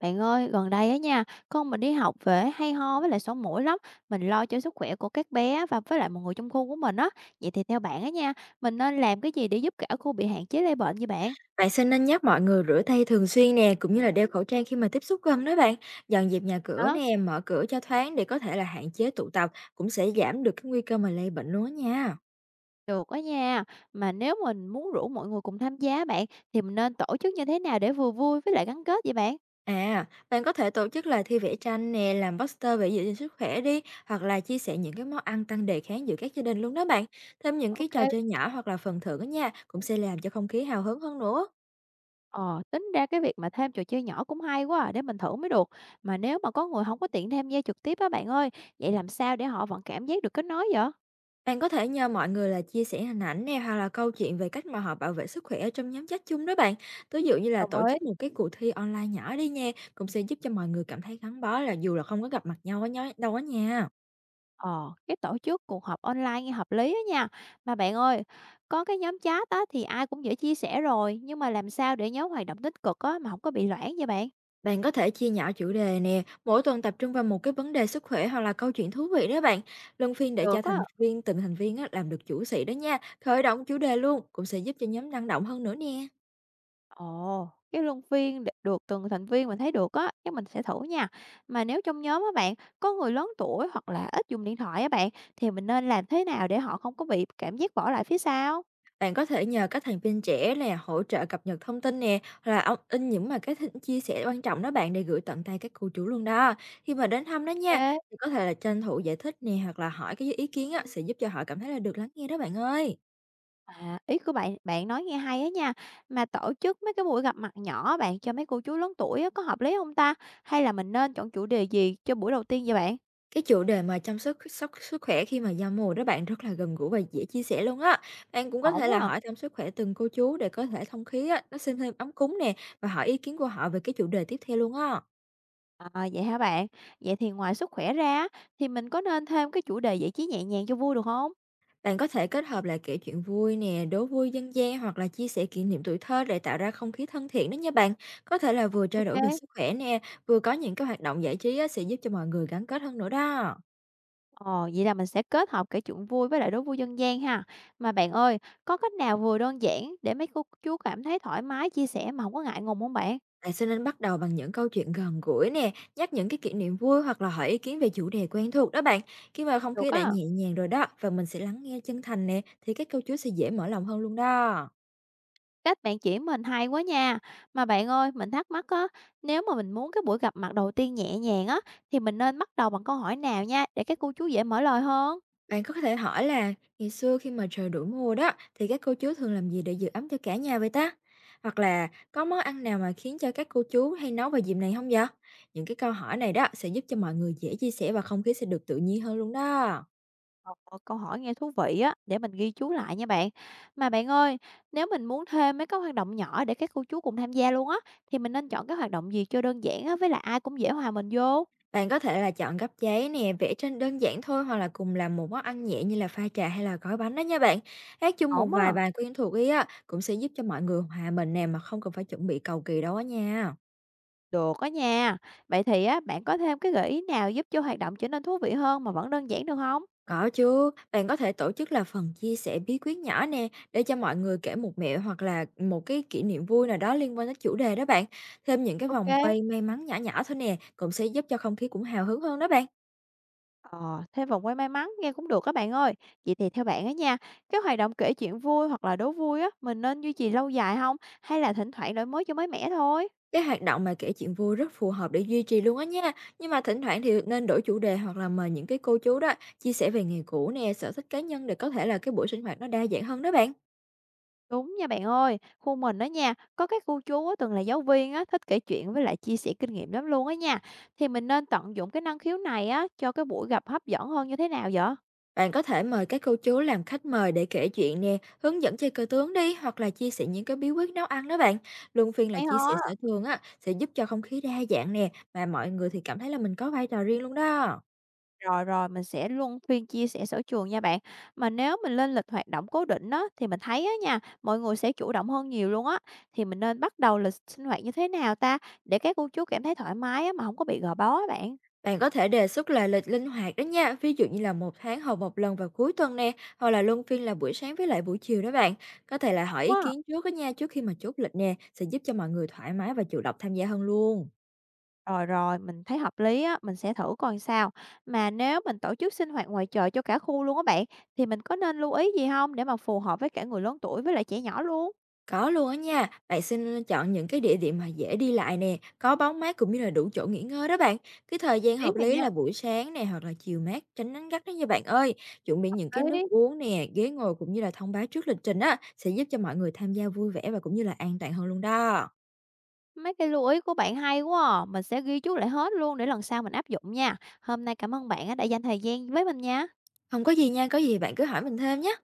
Bạn ơi, gần đây á nha, con mình đi học về hay ho với lại sổ mũi lắm. Mình lo cho sức khỏe của các bé và với lại mọi người trong khu của mình á. Vậy thì theo bạn á nha, mình nên làm cái gì để giúp cả khu bị hạn chế lây bệnh vậy bạn? Bạn xin nên nhắc mọi người rửa tay thường xuyên nè, cũng như là đeo khẩu trang khi mà tiếp xúc gần đó bạn. Dọn dẹp nhà cửa Đó, nè, mở cửa cho thoáng để có thể là hạn chế tụ tập, cũng sẽ giảm được cái nguy cơ mà lây bệnh luôn á nha. được á nha. Mà nếu mình muốn rủ mọi người cùng tham gia bạn, thì mình nên tổ chức như thế nào để vừa vui với lại gắn kết vậy bạn? À, bạn có thể tổ chức là thi vẽ tranh nè, làm poster về giữ gìn sức khỏe đi, hoặc là chia sẻ những cái món ăn tăng đề kháng giữa các gia đình luôn đó bạn. Thêm những cái Ok, trò chơi nhỏ hoặc là phần thưởng á nha, cũng sẽ làm cho không khí hào hứng hơn nữa. Ờ, tính ra cái việc mà thêm trò chơi nhỏ cũng hay quá à, để mình thử mới được. Mà nếu mà có người không có tiện tham gia trực tiếp á bạn ơi, vậy làm sao để họ vẫn cảm giác được kết nối vậy? Bạn có thể nhờ mọi người là chia sẻ hình ảnh nè, hoặc là câu chuyện về cách mà họ bảo vệ sức khỏe ở trong nhóm chat chung đó bạn. Ví dụ như là Đồng tổ ý. chức một cái cuộc thi online nhỏ đi nha, cũng sẽ giúp cho mọi người cảm thấy gắn bó, là dù là không có gặp mặt nhau ở nhau đâu á nha. Ờ, cái tổ chức cuộc họp online nghe hợp lý á nha. Mà bạn ơi, có cái nhóm chat á thì ai cũng dễ chia sẻ rồi, nhưng mà làm sao để nhóm hoạt động tích cực á mà không có bị loãng vậy bạn? Bạn có thể chia nhỏ chủ đề nè, mỗi tuần tập trung vào một cái vấn đề sức khỏe hoặc là câu chuyện thú vị đó bạn. Luân phiên để cho Được á. thành viên từng thành viên á, làm được chủ sĩ đó nha, khởi động chủ đề luôn cũng sẽ giúp cho nhóm năng động hơn nữa nè. Ồ, cái luân phiên được từng thành viên mình thấy được á, chắc mình sẽ thử nha. Mà nếu trong nhóm á bạn có người lớn tuổi hoặc là ít dùng điện thoại á bạn thì mình nên làm thế nào để họ không có bị cảm giác bỏ lại phía sau? Bạn có thể nhờ các thành viên trẻ là hỗ trợ cập nhật thông tin nè, hoặc là ông in những mà cái th chia sẻ quan trọng đó bạn, để gửi tận tay các cô chú luôn đó. Khi mà đến thăm đó nha, Ok. thì có thể là tranh thủ giải thích nè, hoặc là hỏi cái ý kiến á, sẽ giúp cho họ cảm thấy là được lắng nghe đó bạn ơi. À, ý của bạn bạn nói nghe hay á nha. Mà tổ chức mấy cái buổi gặp mặt nhỏ bạn cho mấy cô chú lớn tuổi á, có hợp lý không ta? Hay là mình nên chọn chủ đề gì cho buổi đầu tiên vậy bạn? Cái chủ đề mà chăm sóc sóc sức khỏe khi mà giao mùa đó bạn rất là gần gũi và dễ chia sẻ luôn á. Bạn cũng có Ổn thể quá là à. hỏi thăm sức khỏe từng cô chú để có thể thông khí á, nó xem thêm ấm cúng nè, và hỏi ý kiến của họ về cái chủ đề tiếp theo luôn á. À, vậy hả bạn? Vậy thì ngoài sức khỏe ra á, thì mình có nên thêm cái chủ đề giải trí nhẹ nhàng cho vui được không? Bạn có thể kết hợp lại kể chuyện vui nè, đố vui dân gian, hoặc là chia sẻ kỷ niệm tuổi thơ để tạo ra không khí thân thiện đó nha bạn. Có thể là vừa trao OK. đổi kê. về sức khỏe nè, vừa có những cái hoạt động giải trí á, sẽ giúp cho mọi người gắn kết hơn nữa đó. Ờ, vậy là mình sẽ kết hợp kể chuyện vui với lại đố vui dân gian ha. Mà bạn ơi, có cách nào vừa đơn giản để mấy cô chú cảm thấy thoải mái chia sẻ mà không có ngại ngùng không bạn? Bạn sẽ nên bắt đầu bằng những câu chuyện gần gũi nè, nhắc những cái kỷ niệm vui, hoặc là hỏi ý kiến về chủ đề quen thuộc đó bạn. Khi mà không Được khí đã á. nhẹ nhàng rồi đó, và mình sẽ lắng nghe chân thành nè, thì các câu chuyện sẽ dễ mở lòng hơn luôn đó. Các bạn chỉ mình hay quá nha. Mà bạn ơi, mình thắc mắc á, nếu mà mình muốn cái buổi gặp mặt đầu tiên nhẹ nhàng á, thì mình nên bắt đầu bằng câu hỏi nào nha, để các cô chú dễ mở lời hơn? Bạn có thể hỏi là, ngày xưa khi mà trời đổ mùa đó thì các cô chú thường làm gì để giữ ấm cho cả nhà vậy ta? Hoặc là có món ăn nào mà khiến cho các cô chú hay nấu vào dịp này không vậy? Những cái câu hỏi này đó sẽ giúp cho mọi người dễ chia sẻ, và không khí sẽ được tự nhiên hơn luôn đó. Ờ, câu hỏi nghe thú vị á, để mình ghi chú lại nha bạn. Mà bạn ơi, nếu mình muốn thêm mấy cái hoạt động nhỏ để các cô chú cùng tham gia luôn á, thì mình nên chọn cái hoạt động gì cho đơn giản á, với lại ai cũng dễ hòa mình vô? Bạn có thể là chọn gấp giấy nè, vẽ tranh đơn giản thôi, hoặc là cùng làm một món ăn nhẹ như là pha trà hay là gói bánh đó nha bạn. Hát chung một Ổn á. vài bài quen thuộc ý á, cũng sẽ giúp cho mọi người hòa mình nè, mà không cần phải chuẩn bị cầu kỳ đâu á nha. Được á nha. Vậy thì á, bạn có thêm cái gợi ý nào giúp cho hoạt động trở nên thú vị hơn mà vẫn đơn giản được không? Có chứ, bạn có thể tổ chức là phần chia sẻ bí quyết nhỏ nè, để cho mọi người kể một mẹo hoặc là một cái kỷ niệm vui nào đó liên quan đến chủ đề đó bạn. Thêm những cái vòng Ok. quay may mắn nhỏ nhỏ thôi nè, cũng sẽ giúp cho không khí cũng hào hứng hơn đó bạn. Ờ, thêm vòng quay may mắn nghe cũng được các bạn ơi. Vậy thì theo bạn á nha, cái hoạt động kể chuyện vui hoặc là đố vui á, mình nên duy trì lâu dài không? Hay là thỉnh thoảng đổi mới cho mới mẻ thôi? Cái hoạt động mà kể chuyện vui rất phù hợp để duy trì luôn á nha. Nhưng mà thỉnh thoảng thì nên đổi chủ đề, hoặc là mời những cái cô chú đó chia sẻ về nghề cũ nè, sở thích cá nhân, để có thể là cái buổi sinh hoạt nó đa dạng hơn đó bạn. Đúng nha bạn ơi, khu mình đó nha, có cái cô chú á, từng là giáo viên á, thích kể chuyện với lại chia sẻ kinh nghiệm lắm luôn á nha. Thì mình nên tận dụng cái năng khiếu này á, cho cái buổi gặp hấp dẫn hơn như thế nào vậy? Bạn có thể mời các cô chú làm khách mời để kể chuyện nè, hướng dẫn chơi cờ tướng đi, hoặc là chia sẻ những cái bí quyết nấu ăn đó bạn. Luân phiên là Hay chia sẻ ho. sở trường á, sẽ giúp cho không khí đa dạng nè, mà mọi người thì cảm thấy là mình có vai trò riêng luôn đó. Rồi, mình sẽ luân phiên chia sẻ sở trường nha bạn. Mà nếu mình lên lịch hoạt động cố định á, thì mình thấy á nha, mọi người sẽ chủ động hơn nhiều luôn á. Thì mình nên bắt đầu lịch sinh hoạt như thế nào ta, để các cô chú cảm thấy thoải mái á, mà không có bị gò bó á bạn? Bạn có thể đề xuất là lịch linh hoạt đó nha, ví dụ như là một tháng họp một lần vào cuối tuần nè, hoặc là luân phiên là buổi sáng với lại buổi chiều đó bạn. Có thể là hỏi ý Đúng á. kiến trước đó nha, trước khi mà chốt lịch nè, sẽ giúp cho mọi người thoải mái và chủ động tham gia hơn luôn. Rồi, mình thấy hợp lý á, mình sẽ thử coi sao. Mà nếu mình tổ chức sinh hoạt ngoài trời cho cả khu luôn á bạn, thì mình có nên lưu ý gì không để mà phù hợp với cả người lớn tuổi với lại trẻ nhỏ luôn? Có luôn á nha, bạn xin chọn những cái địa điểm mà dễ đi lại nè, có bóng mát cũng như là đủ chỗ nghỉ ngơi đó bạn. Cái thời gian Biết hợp rồi lý nha, là buổi sáng nè, hoặc là chiều mát tránh nắng gắt đó nha bạn ơi. Chuẩn bị những cái nước biết. uống nè, ghế ngồi cũng như là thông báo trước lịch trình á, sẽ giúp cho mọi người tham gia vui vẻ và cũng như là an toàn hơn luôn đó. Mấy cái lưu ý của bạn hay quá à. Mình sẽ ghi chú lại hết luôn để lần sau mình áp dụng nha. Hôm nay cảm ơn bạn á, đã dành thời gian với mình nha. Không có gì nha, có gì bạn cứ hỏi mình thêm nhé.